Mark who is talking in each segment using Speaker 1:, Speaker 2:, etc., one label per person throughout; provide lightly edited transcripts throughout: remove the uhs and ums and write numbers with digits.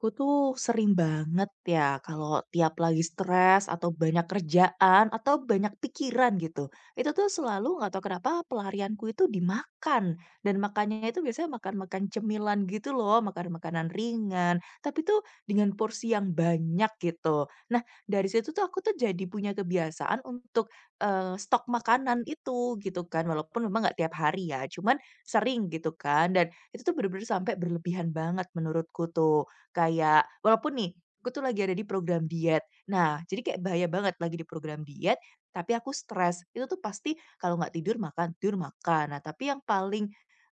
Speaker 1: Aku tuh sering banget ya kalau tiap lagi stres atau banyak kerjaan atau banyak pikiran gitu. Itu tuh selalu nggak tahu kenapa pelarianku itu dimakan. Dan makannya itu biasanya makan-makan cemilan gitu loh, makan makanan ringan. Tapi tuh dengan porsi yang banyak gitu. Nah, dari situ tuh aku tuh jadi punya kebiasaan untuk stok makanan itu gitu kan. Walaupun memang nggak tiap hari ya, cuman sering gitu kan. Dan itu tuh bener-bener sampai berlebihan banget menurutku tuh. Kayak walaupun nih, aku tuh lagi ada di program diet. Nah, jadi kayak bahaya banget lagi di program diet, tapi aku stres. Itu tuh pasti kalau nggak tidur makan, tidur makan. Nah, tapi yang paling,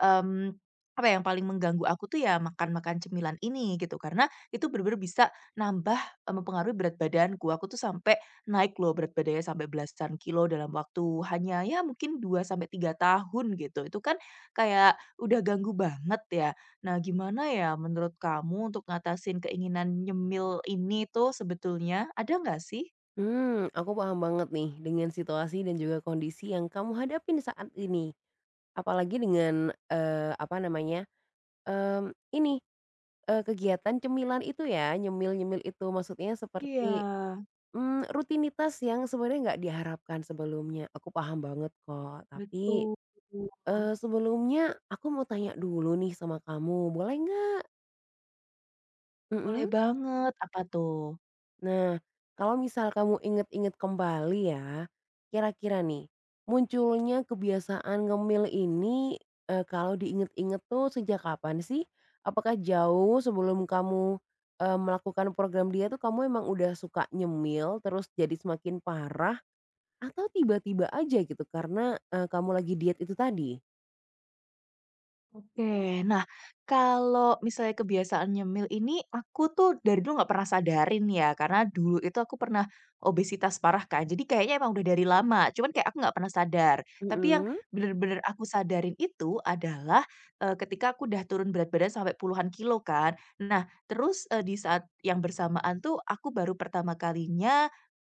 Speaker 1: mmm, apa ya, yang paling mengganggu aku tuh ya makan-makan cemilan ini gitu. Karena itu bener-bener bisa nambah, mempengaruhi berat badanku. Aku tuh sampai naik loh berat badannya sampai belasan kilo dalam waktu hanya ya mungkin 2 sampai 3 tahun gitu. Itu kan kayak udah ganggu banget ya. Nah, gimana ya menurut kamu untuk ngatasin keinginan nyemil ini tuh sebetulnya, ada nggak sih?
Speaker 2: hmm aku paham banget nih dengan situasi dan juga kondisi yang kamu hadapin saat ini. Apalagi dengan, eee, apa namanya, mmm, ini, eee, kegiatan cemilan itu ya, nyemil-nyemil itu, maksudnya
Speaker 1: Iya,
Speaker 2: seperti rutinitas yang sebenarnya nggak diharapkan sebelumnya. Aku paham banget kok, tapi,
Speaker 1: betul.
Speaker 2: eee, sebelumnya aku mau tanya dulu nih sama kamu, boleh nggak?
Speaker 1: Boleh
Speaker 2: Mhm.
Speaker 1: banget, apa tuh?
Speaker 2: Nah, kalau misal kamu inget-inget kembali ya, kira-kira nih, munculnya kebiasaan ngemil ini, kalau diinget-inget tuh sejak kapan sih? Apakah jauh sebelum kamu melakukan program diet tuh kamu emang udah suka nyemil, terus jadi semakin parah, atau tiba-tiba aja gitu karena kamu lagi diet itu tadi?
Speaker 1: Oke, nah kalau misalnya kebiasaan nyemil ini aku tuh dari dulu nggak pernah sadarin ya, karena dulu itu aku pernah obesitas parah kan, jadi kayaknya emang udah dari lama, cuman kayak aku nggak pernah sadar. Tapi yang
Speaker 2: Mhm,
Speaker 1: bener-bener aku sadarin itu adalah, ketika aku udah turun berat badan sampai puluhan kilo kan. Nah, terus, di saat yang bersamaan tuh aku baru pertama kalinya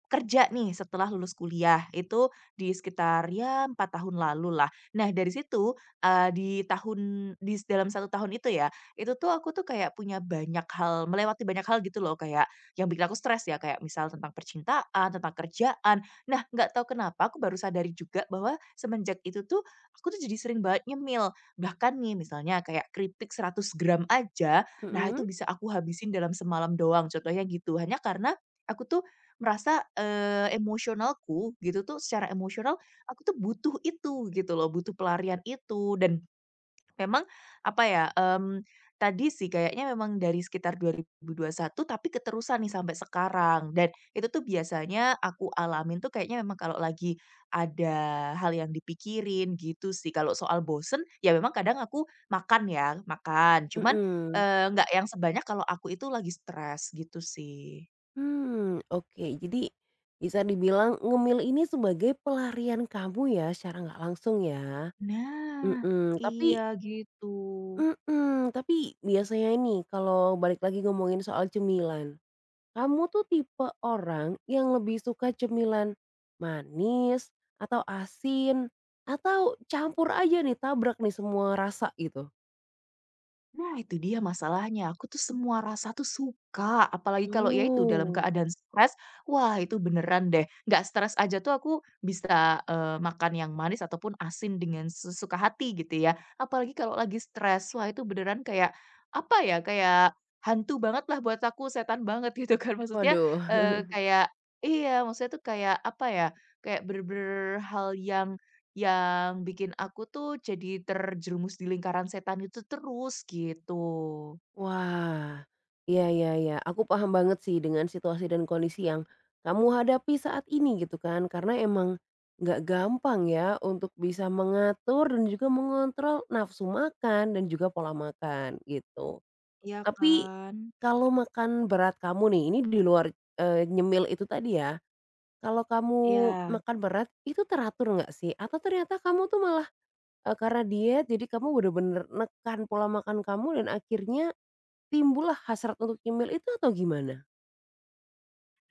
Speaker 1: kerja nih setelah lulus kuliah itu di sekitar ya 4 tahun lalu lah. Nah, dari situ, di tahun dis dalam satu tahun itu ya, itu tuh aku tuh kayak punya banyak hal, melewati banyak hal gitu loh, kayak yang bikin aku stres ya, kayak misal tentang percintaan, tentang kerjaan. Nah, nggak tahu kenapa aku baru sadari juga bahwa semenjak itu tuh, aku tuh jadi sering banget nyemil. Bahkan nih misalnya kayak kritik 100 gram aja, nah itu
Speaker 2: mhm,
Speaker 1: bisa aku habisin dalam semalam doang contohnya gitu. Hanya karena aku tuh merasa, emosionalku gitu tuh secara emosional aku tuh butuh itu gitu loh, butuh pelarian itu. Dan memang apa ya, tadi sih kayaknya memang dari sekitar dua ribu satu tapi keterusan nih sampai sekarang, dan itu tuh biasanya aku alamin tuh kayaknya memang kalau lagi ada hal yang dipikirin gitu sih. Kalau soal bosen ya memang kadang aku makan ya, makan cuman,
Speaker 2: mhm.
Speaker 1: nggak yang sebanyak kalau aku itu lagi stres gitu sih.
Speaker 2: Hmm, oke. Jadi bisa dibilang ngemil ini sebagai pelarian kamu ya secara nggak langsung ya?
Speaker 1: Nah,
Speaker 2: Mhm,
Speaker 1: iya gitu.
Speaker 2: tapi biasanya nih kalau balik lagi ngomongin soal cemilan, kamu tuh tipe orang yang lebih suka cemilan manis atau asin atau campur aja nih, tabrak nih semua rasa gitu?
Speaker 1: Nah, itu dia masalahnya, aku tuh semua rasa tuh suka, apalagi kalau ya itu dalam
Speaker 2: Oh,
Speaker 1: keadaan stres, wah itu beneran deh, nggak stres aja tuh aku bisa, makan yang manis ataupun asin dengan sesuka hati gitu ya. Apalagi kalau lagi stres, wah itu beneran kayak, apa ya, kayak hantu banget lah buat aku, setan banget gitu kan, maksudnya,
Speaker 2: waduh.
Speaker 1: kayak iya, maksudnya tuh kayak, apa ya, kayak bener-bener hal yang bikin aku tuh jadi terjerumus di lingkaran setan itu terus, gitu.
Speaker 2: Wah, iya iya iya, aku paham banget sih dengan situasi dan kondisi yang kamu hadapi saat ini gitu kan, karena emang nggak gampang ya untuk bisa mengatur dan juga mengontrol nafsu makan dan juga pola makan gitu.
Speaker 1: Iya
Speaker 2: Tapi
Speaker 1: kan?
Speaker 2: kalau makan berat kamu nih, ini di luar, nyemil itu tadi ya, kalau kamu
Speaker 1: Iya.
Speaker 2: makan berat itu teratur nggak sih? Atau ternyata kamu tuh malah, karena diet jadi kamu bener-bener nekan pola makan kamu dan akhirnya timbullah hasrat untuk nyemil itu atau gimana?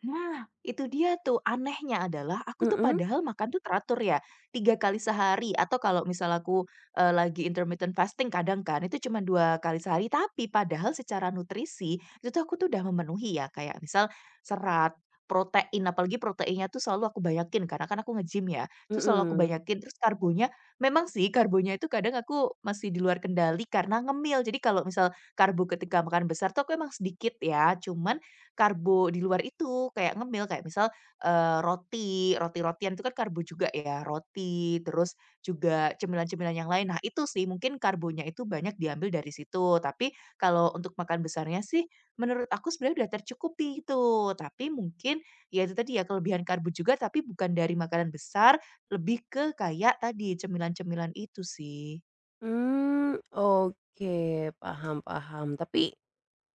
Speaker 1: Nah, itu dia tuh anehnya adalah aku tuh
Speaker 2: Mhm,
Speaker 1: padahal makan tuh teratur ya, 3 kali sehari, atau kalau misal aku, lagi intermittent fasting kadang kan itu cuma 2 kali sehari, tapi padahal secara nutrisi itu tuh aku tuh udah memenuhi ya, kayak misal serat, protein, apalagi proteinnya tuh selalu aku banyakin karena kan aku nge-gym ya, itu selalu aku
Speaker 2: mhm.
Speaker 1: banyakin, terus karbonya memang sih karbonya itu kadang aku masih di luar kendali karena ngemil. Jadi kalau misal karbo ketika makan besar tuh aku emang sedikit ya, cuman karbo di luar itu, kayak ngemil, kayak misal, roti, roti-rotian itu kan karbo juga ya, roti, terus juga cemilan-cemilan yang lain. Nah, itu sih, mungkin karbonya itu banyak diambil dari situ, tapi kalau untuk makan besarnya sih, menurut aku sebenarnya udah tercukupi itu. Tapi mungkin, ya itu tadi ya, kelebihan karbo juga, tapi bukan dari makanan besar, lebih ke kayak tadi, cemilan-cemilan itu sih.
Speaker 2: Mmm, oke, paham paham. Tapi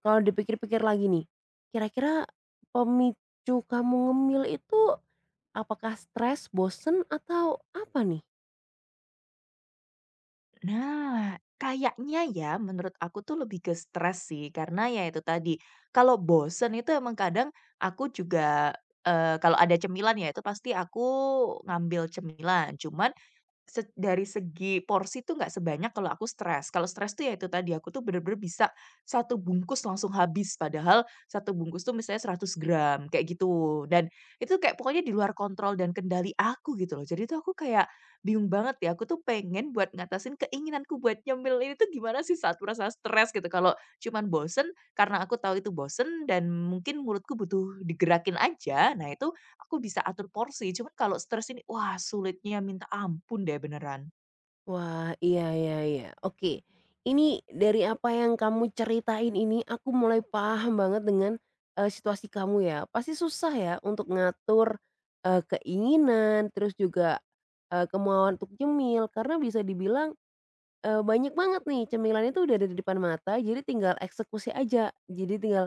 Speaker 2: kalau dipikir-pikir lagi nih, kira-kira pemicu kamu ngemil itu apakah stres, bosen, atau apa nih?
Speaker 1: Nah, kayaknya ya menurut aku tuh lebih ke stres sih, karena ya itu tadi, kalau bosen itu emang kadang aku juga, kalau ada cemilan ya itu pasti aku ngambil cemilan. Cuman dari segi porsi tuh nggak sebanyak kalau aku stres. Kalau stres tuh ya itu tadi, aku tuh bener-bener bisa satu bungkus langsung habis, padahal satu bungkus tuh misalnya 100 gram, kayak gitu. Dan itu kayak pokoknya di luar kontrol dan kendali aku gitu loh. Jadi tuh aku kayak bingung banget ya, aku tuh pengen buat ngatasin keinginanku buat nyemil ini tuh gimana sih saat merasa stres gitu. Kalau cuman bosen, karena aku tahu itu bosen dan mungkin mulutku butuh digerakin aja, nah itu aku bisa atur porsi, cuman kalau stres ini, wah sulitnya minta ampun deh beneran.
Speaker 2: Wah, iya iya iya. Oke, ini dari apa yang kamu ceritain ini aku mulai paham banget dengan situasi kamu ya. Pasti susah ya untuk ngatur keinginan terus juga kemauan untuk nyemil karena bisa dibilang banyak banget nih cemilan itu udah ada di depan mata jadi tinggal eksekusi aja. Jadi tinggal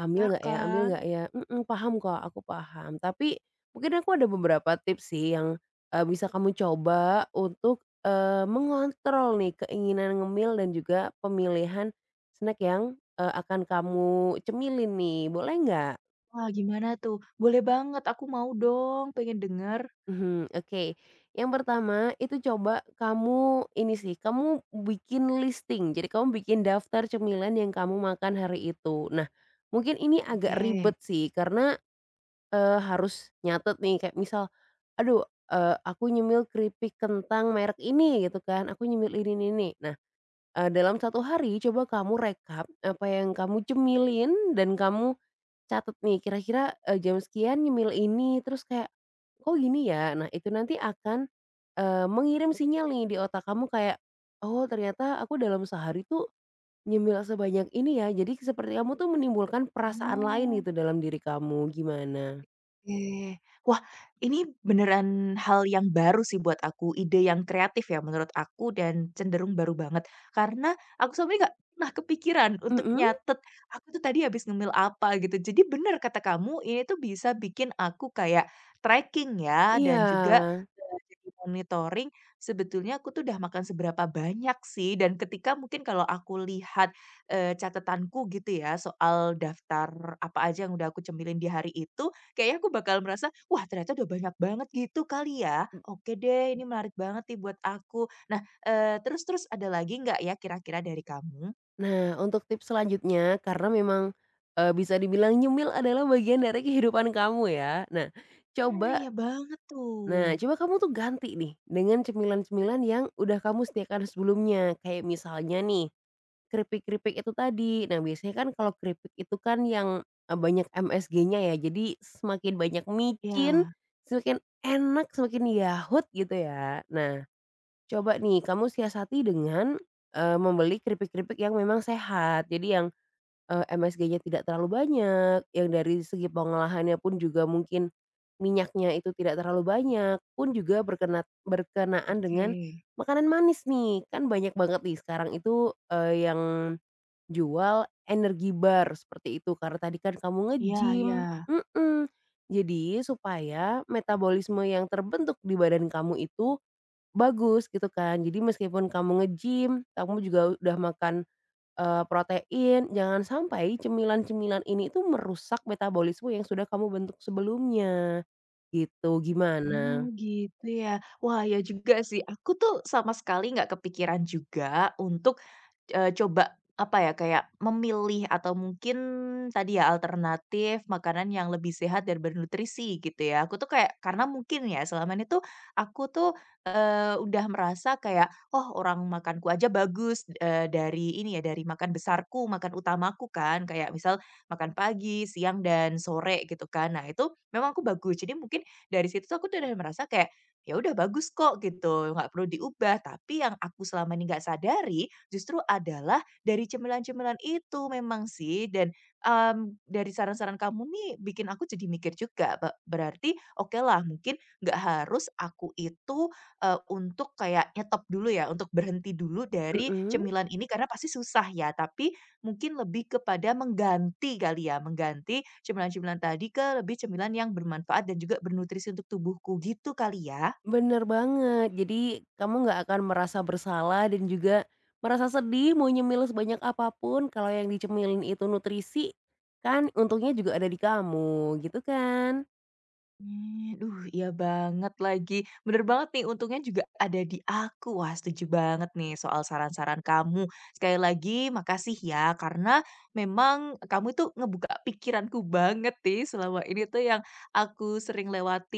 Speaker 2: ambil
Speaker 1: Ya
Speaker 2: nggak ya ambil
Speaker 1: kan?
Speaker 2: nggak ya? Mhm, paham kok, aku paham. Tapi mungkin aku ada beberapa tips sih yang bisa kamu coba untuk mengontrol nih keinginan ngemil dan juga pemilihan snack yang akan kamu cemilin nih, boleh nggak?
Speaker 1: Wah, gimana tuh? Boleh banget, aku mau dong, pengen denger.
Speaker 2: Mhm, oke. Yang pertama itu coba kamu ini sih, kamu bikin listing, jadi kamu bikin daftar cemilan yang kamu makan hari itu. Nah, mungkin ini agak
Speaker 1: Oke.
Speaker 2: ribet sih karena harus nyatet nih kayak misal, "Aduh, aku nyemil keripik kentang merek ini," gitu kan, "aku nyemil ini ini." Nah, dalam satu hari coba kamu rekap apa yang kamu cemilin dan kamu catat nih kira-kira, jam sekian nyemil ini, terus kayak, kok gini ya." Nah itu nanti akan mengirim sinyal nih di otak kamu kayak, "Oh ternyata aku dalam sehari tuh nyemil sebanyak ini ya." Jadi seperti kamu tuh menimbulkan perasaan lain
Speaker 1: Oh.
Speaker 2: gitu dalam diri kamu, gimana?
Speaker 1: Oke. Wah, ini beneran hal yang baru sih buat aku, ide yang kreatif ya menurut aku dan cenderung baru banget. Karena aku sama ini nggak pernah kepikiran untuk
Speaker 2: Mhm?
Speaker 1: nyatet, aku tuh tadi habis ngemil apa gitu. Jadi bener kata kamu, ini tuh bisa bikin aku kayak tracking ya dan juga,
Speaker 2: Iya,
Speaker 1: jadi monitoring sebetulnya aku tuh udah makan seberapa banyak sih, dan ketika mungkin kalau aku lihat, catatanku gitu ya soal daftar apa aja yang udah aku cemilin di hari itu, kayaknya aku bakal merasa, "Wah, ternyata udah banyak banget gitu kali ya?
Speaker 2: m
Speaker 1: Oke deh, ini menarik banget nih buat aku." Nah, terus terus ada lagi nggak ya kira-kira dari kamu?
Speaker 2: nah untuk tips selanjutnya karena memang, bisa dibilang nyemil adalah bagian dari kehidupan kamu ya. Nah
Speaker 1: Ah,
Speaker 2: coba
Speaker 1: iya banget
Speaker 2: nah
Speaker 1: tuh.
Speaker 2: coba kamu tuh ganti nih dengan cemilan-cemilan yang udah kamu sediakan sebelumnya kayak misalnya nih, keripik-keripik itu tadi. Nah biasanya kan kalau keripik itu kan yang banyak MSG-nya ya jadi semakin banyak micin,
Speaker 1: Ya,
Speaker 2: semakin enak, semakin yahut gitu ya. Nah coba nih kamu siasati dengan membeli keripik-keripik yang memang sehat. Jadi yang MSG-nya tidak terlalu banyak, yang dari segi pengolahannya pun juga mungkin minyaknya itu tidak terlalu banyak, pun juga berkenaan dengan
Speaker 1: oke.
Speaker 2: makanan manis nih. Kan banyak banget nih sekarang itu, yang jual energi bar seperti itu karena tadi kan kamu
Speaker 1: Iya,
Speaker 2: nge-gym.
Speaker 1: iya.
Speaker 2: Mhm. Jadi supaya metabolisme yang terbentuk di badan kamu itu bagus gitu kan. Jadi meskipun kamu nge-gym, kamu juga udah makan protein, jangan sampai cemilan-cemilan ini tuh merusak metabolisme yang sudah kamu bentuk sebelumnya, gitu.
Speaker 1: Oh,
Speaker 2: Gimana?
Speaker 1: gitu ya. Wah, ya juga sih. Aku tuh sama sekali nggak kepikiran juga untuk coba, apa ya, kayak memilih atau mungkin tadi ya, alternatif makanan yang lebih sehat dan bernutrisi gitu ya. Aku tuh kayak karena mungkin ya, selama ini tuh aku tuh, udah merasa kayak, "Oh, orang makanku aja bagus," dari ini ya, dari makan besarku, makan utamaku kan, kayak misal makan pagi, siang, dan sore gitu kan. Nah, itu memang aku bagus. Jadi mungkin dari situ tuh aku tuh udah merasa kayak, ya udah bagus kok gitu, nggak perlu diubah. Tapi yang aku selama ini nggak sadari justru adalah dari cemilan-cemilan itu memang sih, dan dari saran-saran kamu nih bikin aku jadi mikir juga berarti oke lah mungkin nggak harus aku itu, untuk kayak nyetop dulu ya, untuk berhenti dulu dari
Speaker 2: Mhm,
Speaker 1: cemilan ini karena pasti susah ya, tapi mungkin lebih kepada mengganti kali ya, mengganti cemilan-cemilan tadi ke lebih cemilan yang bermanfaat dan juga bernutrisi untuk tubuhku gitu kali ya?
Speaker 2: bener banget. Jadi kamu nggak akan merasa bersalah dan juga merasa sedih mau nyemil sebanyak apapun kalau yang dicemilin itu nutrisi, kan untungnya juga ada di kamu, gitu kan?
Speaker 1: Mmm, duh iya banget lagi, bener banget nih untungnya juga ada di aku. Wah, setuju banget nih soal saran-saran kamu. Sekali lagi makasih ya karena memang kamu itu ngebuka pikiranku banget nih, selama ini tuh yang aku sering lewati.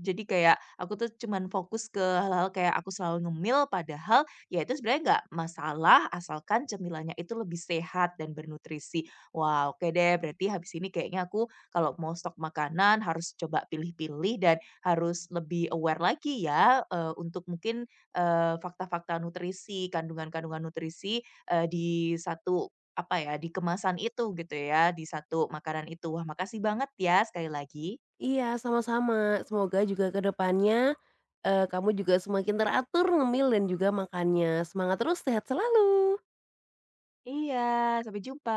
Speaker 1: Jadi kayak aku tuh cuman fokus ke hal-hal kayak aku selalu ngemil padahal ya itu sebenarnya nggak masalah asalkan cemilannya itu lebih sehat dan bernutrisi. Wah, oke deh, berarti habis ini kayaknya aku kalau mau stok makanan harus coba pilih-pilih dan harus lebih aware lagi ya, untuk mungkin, fakta-fakta nutrisi, kandungan-kandungan nutrisi, di satu apa ya, di kemasan itu gitu ya, di satu makanan itu. Wah, makasih banget ya sekali lagi.
Speaker 2: Iya, sama-sama. Semoga juga ke depannya, kamu juga semakin teratur ngemil dan juga makannya. Semangat terus, sehat selalu.
Speaker 1: Iya, sampai jumpa.